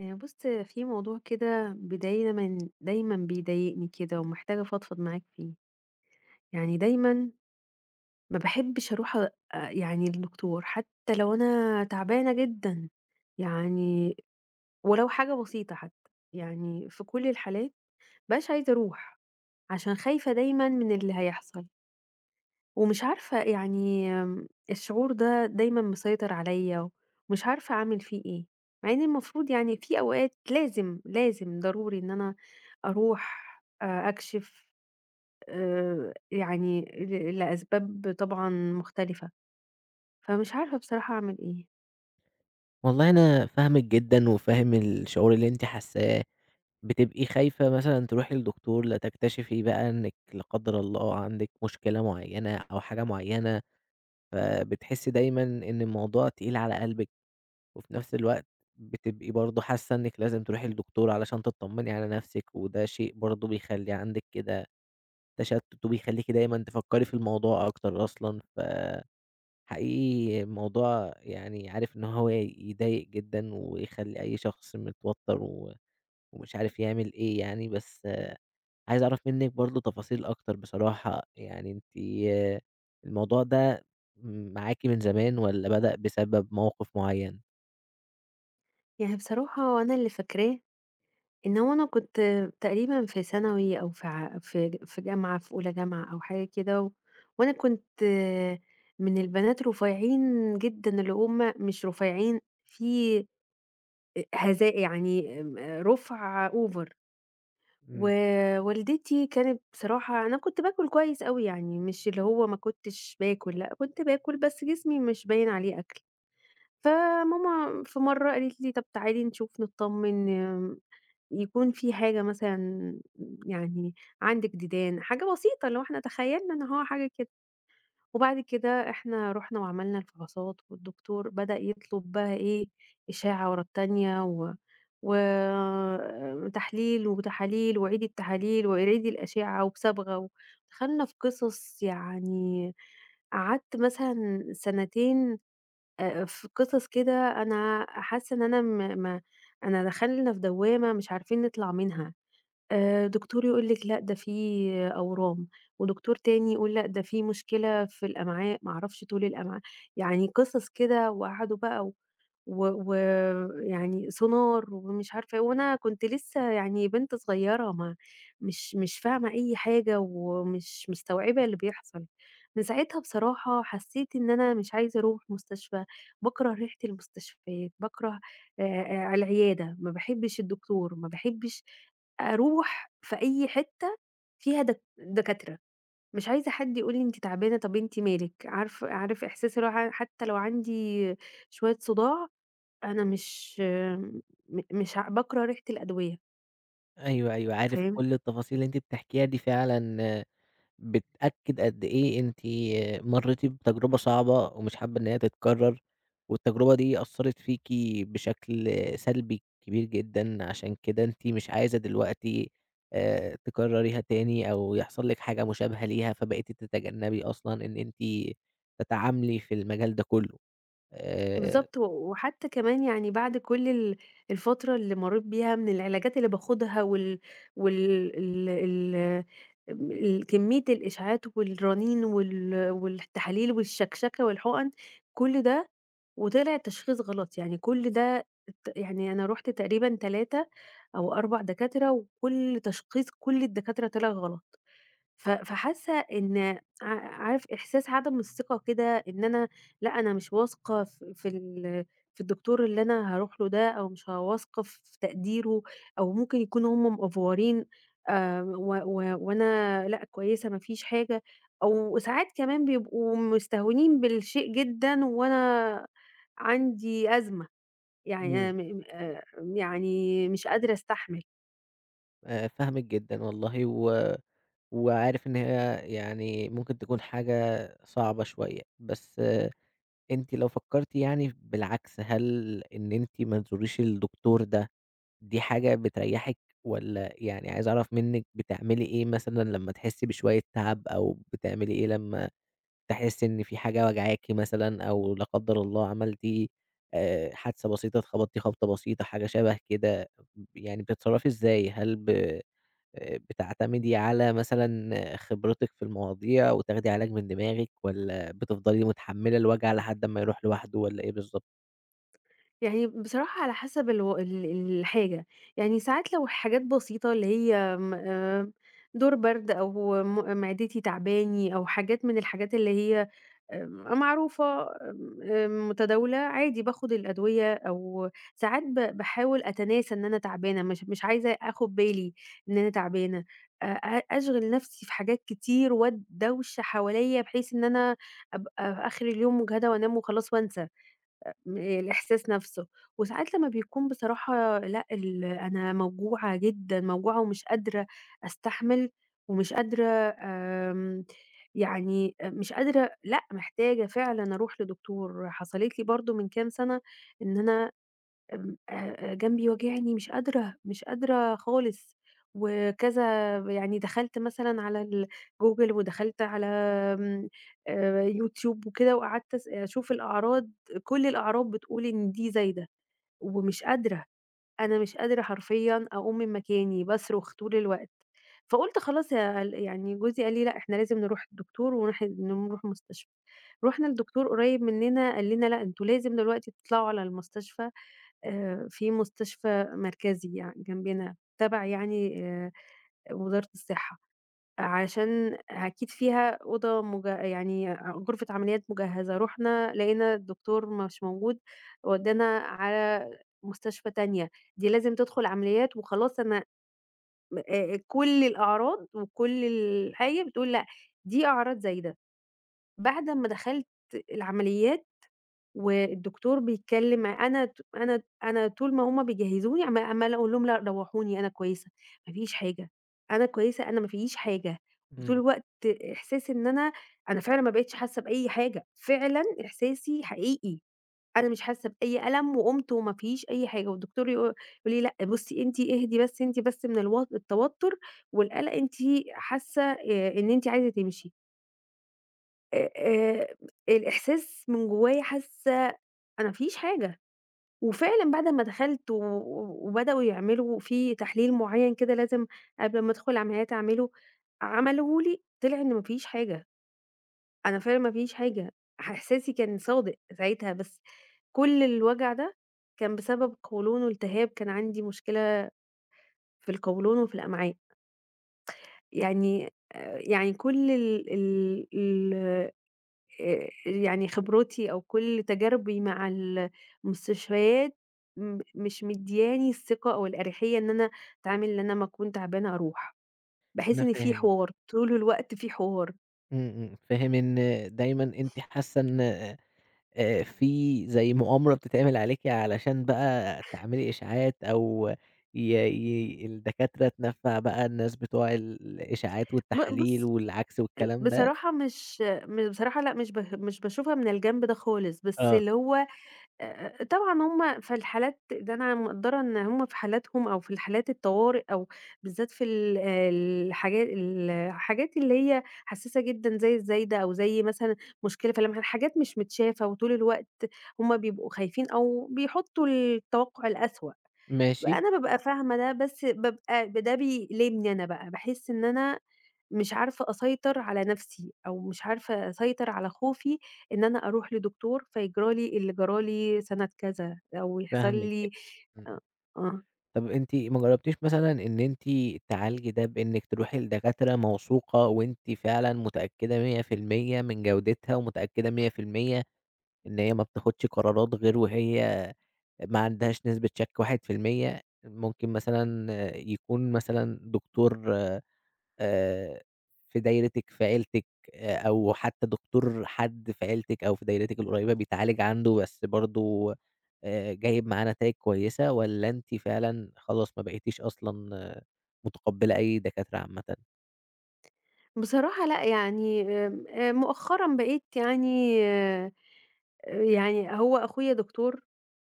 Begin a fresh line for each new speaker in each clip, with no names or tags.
بُص، في موضوع كده دايمًا دايمًا بيضايقني كده ومحتاجة أفضفض معاك فيه. يعني دايمًا ما باحبش أروح أ آه، يعني للدكتور حتى لو أنا تعبانة جدًا، يعني ولو حاجة بسيطة حتى. يعني في كل الحالات ما بابقاش عايزة أروح، عشان خايفة دايمًا من اللي هيحصل. ومش عارفة يعني الشعور ده دايمًا مسيطر عليَّ، ومش عارفة أعمل فيه إيه، مع إن المفروض يعني في أوقات لازم، لازم ضروري إن أنا أروح أكشف يعني لأسباب طبعًا مختلفة، فمش عارفة بصراحة أعمل إيه.
والله أنا فاهمِك جدًا، وفاهم الشعور اللي أنتِ حاسّاه، بتبقي خايفة مثلًا تروحي لدكتور لتكتشفي بقى إنِّك لا قدّر الله عندِك مشكلة معيّنة أو حاجة معيّنة، فبتحسّي دايمًا إن الموضوع تقيل على قلبِك، وفي نفس الوقت بتبقي برضه حاسّة إنِّك لازم تروحي لدكتور علشان تطمّني على نفسِك، وده شيء برضه بيخلّي عندِك كده تشتُّت وبيخلّيكِ دايمًا تفكّري في الموضوع أكتر أصلًا، حقيقي الموضوع يعني عارف إن هو يضايق جدًا، ويخلّي أي شخص متوتر و ومش عارف يعمل إيه يعني، بس آه، عايز أعرف منِّك برضه تفاصيل أكتر بصراحة، يعني أنتِ الموضوع ده معاكِ من زمان والّا بدأ بسبب موقف معيّن؟
يعني بصراحة أنا اللي فاكراه إن هو أنا كنت تقريبًا في ثانوي أو في جامعة، في أولى جامعة أو حاجة كده، وأنا كنت من البنات رفيعين جدًا، اللي هم مش رفيعين في هزاء يعني، رُفع over.
إمم،
ووالدتي كانت، بصراحة أنا كنت باكل كويس أوي يعني، مش اللي هو ما كنتش باكل، لأ كنت باكل بس جسمي مش باين عليه أكل. فماما في مرّة قالت لي: "طَب تعالي نشوف نتطمّن، يكون في حاجة مثلًا يعني عندِك ديدان." حاجة بسيطة، اللي هو إحنا تخيّلنا إن هو حاجة كده. وبعد كده إحنا رُحنا وعملنا الفحوصات، والدكتور بدأ يطلب بقى إيه، إشاعة ورا التانية، وتحليل وتحاليل وعيد التحاليل وعيد الأشعة وبصبغة، و دخلنا في قصص يعني، قعدت مثلًا سنتين في قصص كده، أنا حاسة إن أنا م ما أنا دخلنا في دوّامة مش عارفين نطلع منها، دكتور يقول لِك لأ ده في أورام، ودكتور تاني يقول لأ ده في مشكلة في الأمعاء، ما أعرفش طول الأمعاء، يعني قصص كده، وقعدوا بقى ويعني سونار ومش عارفة إيه، وأنا كنت لسه يعني بنت صغيرة ما مش مش فاهمة أي حاجة ومش مستوعبة اللي بيحصل. من ساعتها بصراحة حسيت إن أنا مش عايزة أروح مستشفى، باكره ريحة المستشفيات، باكره آآ العيادة، ما باحبش الدكتور، ما باحبش أروح في أي حتة فيها دكاترة، مش عايزة حد يقول لي أنتِ تعبانة، طب أنتِ مالِك، عارف إحساس اللي هو حتى لو عندي شوية صداع، أنا مش م مش ع باكره ريحة الأدوية،
أيوه، أيوه، عارف
فاهم؟
كل التفاصيل اللي أنتِ بتحكيها دي فعلًا بتأكد قد إيه أنتِ مرّيتِ بتجربة صعبة ومش حابة إن هي تتكرر، والتجربة دي أثّرت فيكِ بشكل سلبي كبير جدًا، عشان كده أنتِ مش عايزة دلوقتي تكرريها تاني أو يحصل لِك حاجة مشابهة ليها، فبقيتِ تتجنبي أصلًا إن أنتِ تتعاملي في المجال ده كلّه. آآ
بالضبط، وحتى كمان يعني بعد كل الفترة اللي مرّيت بيها من العلاجات اللي باخدها، وال وال ال ال م ال كمية الإشعاعات والرنين والتحاليل والشكشكة والحقن، كل ده وطلع التشخيص غلط، يعني كل ده، يعني أنا رُحت تقريبًا 3 أو 4 دكاترة، وكل تشخيص كل الدكاترة طلع غلط. فحاسة إن، عارف إحساس عدم الثقة كده، إن أنا لأ، أنا مش واثقة ف في ال في الدكتور اللي أنا هاروح له ده، أو مش واثقة في تقديره، أو ممكن يكونوا هم مأفورين، و و وأنا لأ، كويسة، ما فيش حاجة، أو ساعات كمان بيبقوا مستهونين بالشيء جدًا وأنا عندي أزمة، يعني، أنا
إمم،
م م يعني مش قادرة أستحمل.
فاهمِك جدًا والله و وعارف إن هي يعني ممكن تكون حاجة صعبة شوية، بس أنتِ لو فكّرتِ يعني بالعكس، هل إن أنتِ ما تزوريش الدكتور ده، دي حاجة بتريّحِك والّا يعني عايز أعرف منِّك بتعملي إيه مثلًا لمّا تحسّي بشوية تعب أو بتعملي إيه لمّا تحسّي إن في حاجة واجعاكِ مثلًا أو لا قدّر الله عملتِ حادثة بسيطة، اتخبطتِ خبطة بسيطة، حاجة شَبه كده، يعني بتتصرّفي إزاي؟ هل ب بتعتمدي على مثلًا آه، خبرتِك في المواضيع وتاخدي علاج من دماغِك والّا بتفضلي متحمّلة الوجع لحد أمّا يروح لوحده والّا إيه بالضبط؟
يعني بصراحة على حسب الحاجة، يعني ساعات لو حاجات بسيطة اللي هي م دور برد أو معدتي تعباني، أو حاجات من الحاجات اللي هي معروفة، آمم متداولة، عادي باخد الأدوية، أو ساعات باحاول أتناسى إن أنا تعبانة، مش عايزة آخد بالي إن أنا تعبانة، أ أ أشغِل نَفْسي في حاجات كتير وادوشة حواليّا بحيث إن أنا أبقى في آخر اليوم مُجهدة وأنام وخلاص وأنسى الإحساس نَفْسه. وساعات لمّا بيكون بصراحة لأ، أنا موجوعة جدًا، موجوعة ومش قادرة أستحمل، ومش قادرة، آمم، يعني مش قادرة، لأ، محتاجة فعلًا أروح لدكتور. حصلِت لي برضه من كام سَنة إن أنا، آمم، جنبي واجعني مش قادرة، مش قادرة خالص، وكذا. يعني دخلت مثلًا على ال Google ودخلت على، آمم، YouTube وكده، وقعدت أشوف الأعراض، كل الأعراض بتقول إن دي زايدة، ومش قادرة، أنا مش قادرة حرفيًا أقوم من مكاني، باصرخ طول الوقت، فقُلت خلاص، يا ال يعني جوزي قال لي: "لأ، إحنا لازم نروح الدكتور، نروح مستشفى." رُحنا لدكتور قريب مننا قال لنا: "لأ، أنتم لازم دلوقتي تطلعوا على المستشفى." في مستشفى مركزي، جنبنا تبع يعني وزارة الصحة، عشان أكيد فيها، أوضة مج يعني غرفة عمليات مجهزة، رُحنا لقينا الدكتور مش موجود، ودّانا على مستشفى تانية، دي لازم تدخل عمليات وخلاص، أنا م كل الأعراض وكل الحاجة بتقول لأ، دي أعراض زايدة. بعد أمّا دخلت العمليات والدكتور بيتكلم، أنا ت أنا أنا طول ما هُم بيجهّزوني عمّالة أقول لهم: "لأ روّحوني، أنا كويسة، ما فيش حاجة، أنا كويسة، أنا ما فييش حاجة." وطول
إمم.
الوقت إحساس إن أنا فعلًا ما بقيتش حاسة بأي حاجة، فعلًا إحساسي حقيقي، أنا مش حاسة بأي ألم وقُمت وما فيش أي حاجة، والدكتور يقول لي: "لأ بُصّي، أنتِ اهدي بس، أنتِ بس من التوتر والقلق أنتِ حاسة إن أنتِ عايزة تمشي." آآ آآ الإحساس من جوايا حاسة أنا ما فيش حاجة، وفعلًا بعد ما دخلت وبدأوا يعملوا في تحليل معيّن كده لازم قبل ما أدخل العمليات أعمله، عملوه لي طلع إن ما فيش حاجة، أنا فعلًا ما فيش حاجة، إحساسي كان صادق ساعتها، بس كل الوجع ده كان بسبب قولون والتهاب، كان عندي مشكلة في القولون وفي الأمعاء. يعني يعني كل ال ال ال يعني خبرتي أو كل تجاربي مع المستشفيات مش مدياني الثقة أو الأريحية إن أنا أتعامل إن أنا أمّا أكون تعبانة أروح، باحس
أنا
إن في
فاهم،
حوار، طول الوقت في حوار.
إمم، إمم، فاهم إن دايمًا أنتِ حاسة إن في زي مؤامرة بتتعمل عليكِ علشان بقى تعملي إشاعات أو ي ي الدكاترة تنفّع بقى الناس بتوع الإشاعات
ب
والتحاليل
بُص
والعَكْس والكلام ده،
بصراحة، مش م بصراحة لأ، مش باشوفها من الجنب ده خالص، بس
آه،
اللي هو، طبعًا هُم في الحالات ده أنا مقدّرة إن هُم في حالاتهم، أو في الحالات الطوارئ، أو بالذات في ال الحاجا الحاجات اللي هي حساسة جدًا، زي الزايدة، أو زي مثلًا مشكلة في اللمع، حاجات مش متشافة، وطول الوقت هُم بيبقوا خايفين أو بيحطّوا التوقُّع الأسوأ.
ماشي،
أنا بابقى فاهمة ده، بس بابقى، ده بيألمني أنا بقى، باحس إن أنا مش عارفة أسيطر على نفسي، أو مش عارفة أسيطر على خوفي إن أنا أروح لدكتور فيجرى لي اللي جرى لي سنة كذا، أو يحصل
فاهمِك
لي.
جدًا، إمم، إمم.
آه،
طب أنتِ ما جرّبتيش مثلًا إن أنتِ تعالجي ده بإنِّك تروحي لدكاترة موثوقة وأنتِ فعلًا متأكدة 100% من جودتها، ومتأكدة 100% إن هي ما بتاخدش قرارات غير وهي ما عندهاش نسبة شك 1%، ممكن مثلًا يكون مثلًا دكتور آآ، في دايرتِك، في عيلتِك، أو حتى دكتور حد في عيلتِك أو في دايرتِك القريبة بيتعالج عنده بس برضه جايب معاه نتايج كويسة، والّا أنتِ فعلًا خلاص ما بقيتيش أصلًا آه، متقبلة أي دكاترة عامةً؟
بصراحة لأ، يعني آمم، مؤخرًا بقيت يعني، يعني هو أخويا دكتور،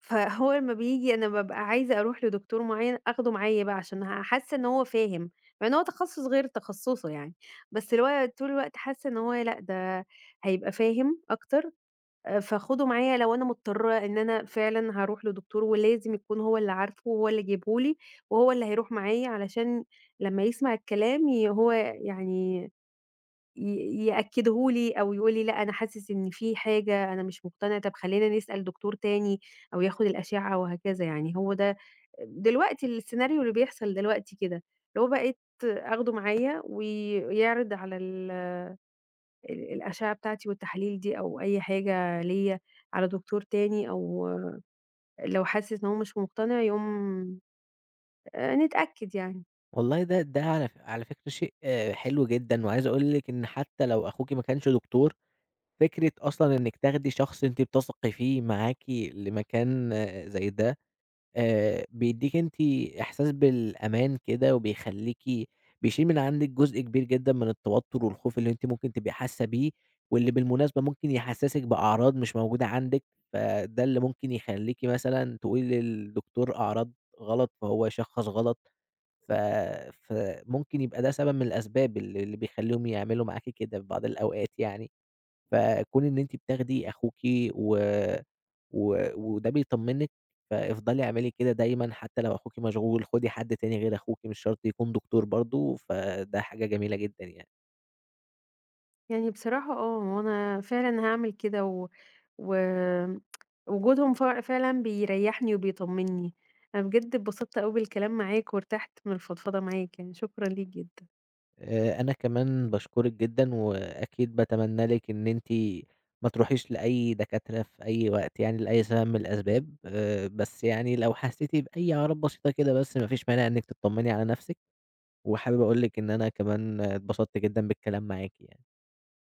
فهو لمّا بييجي أنا بابقى عايزة أروح لدكتور معيّن آخده معايا بقى عشان حاسة إن هو فاهم، مع إن هو تخصُص غير تخصُّصه يعني، بس اللي هو طول الوقت حاسة إن هو لأ، ده هيبقى فاهم أكتر، فاخده معايا لو أنا مضطرة إن أنا فعلًا هاروح لدكتور، ولازم يكون هو اللي عارفه، وهو اللي جايبه لي، وهو اللي هيروح معايا، علشان لمّا يسمع الكلام هو يعني يأكّده لي، أو يقول لي لأ أنا حاسس إن في حاجة أنا مش مقتنع، طب خلّينا نسأل دكتور تاني، أو ياخد الأشعة، وهكذا يعني، هو ده دلوقتي السيناريو اللي بيحصل دلوقتي كده، اللي هو بقيت آخده معايا، ويعرض على ال ال الأشعة بتاعتي والتحاليل دي أو أي حاجة ليّا على دكتور تاني، أو لو حاسس إن هو مش مقتنع يقوم، نتأكد يعني.
والله ده على فكرة شيء آه، حلو جدًا، وعايز أقول لِك إن حتى لو أخوكِ ما كانش دكتور، فكرة أصلًا إنِك تاخدي شخص أنتِ بتثقي فيه معاكِ لمكان آه، زي ده بيدّيكِ أنتِ إحساس بالأمان كده وبيخلّيكِ بيشيل من عندِك جزء كبير جدًا من التوتر والخوف اللي أنتِ ممكن تبقي حاسة بيه، واللي بالمناسبة ممكن يحسّسِك بأعراض مش موجودة عندِك، فده اللي ممكن يخلّيكِ مثلًا تقولي للدكتور أعراض غلط فهو يشخّص غلط، ف فممكن يبقى ده سبب من الأسباب اللي بيخلّيهم يعملوا معاكِ كده في بعض الأوقات يعني. فكون إن أنتِ بتاخدي أخوكِ و و وده بيطمنِّك، فافضلي اعملي كده دايمًا حتى لو أخوكِ مشغول، خدي حد تاني غير أخوكِ، مش شرط يكون دكتور برضه، فده حاجة جميلة جدًا يعني.
يعني بصراحة، هو أنا فعلًا هاعمل كده و وآمم وجودهم فعلًا بيريّحني وبيطمّني. أنا بجد اتبسطت أوي بالكلام معاك وارتحت من الفضفضة معاك يعني، شكرًا ليك جدًا.
أنا كمان باشكرِك جدًا، وأكيد باتمنى لِك إن أنتِ ما تروحيش لأي دكاترة في أي وقت يعني لأي سبب من الأسباب، بس يعني لو حسيتِ بأي أعراض بسيطة كده بس ما فيش مانع إنِّك تطمني على نفسِك، وحابب أقول لِك إن أنا كمان اتبسطت جدًا بالكلام معاكِ يعني.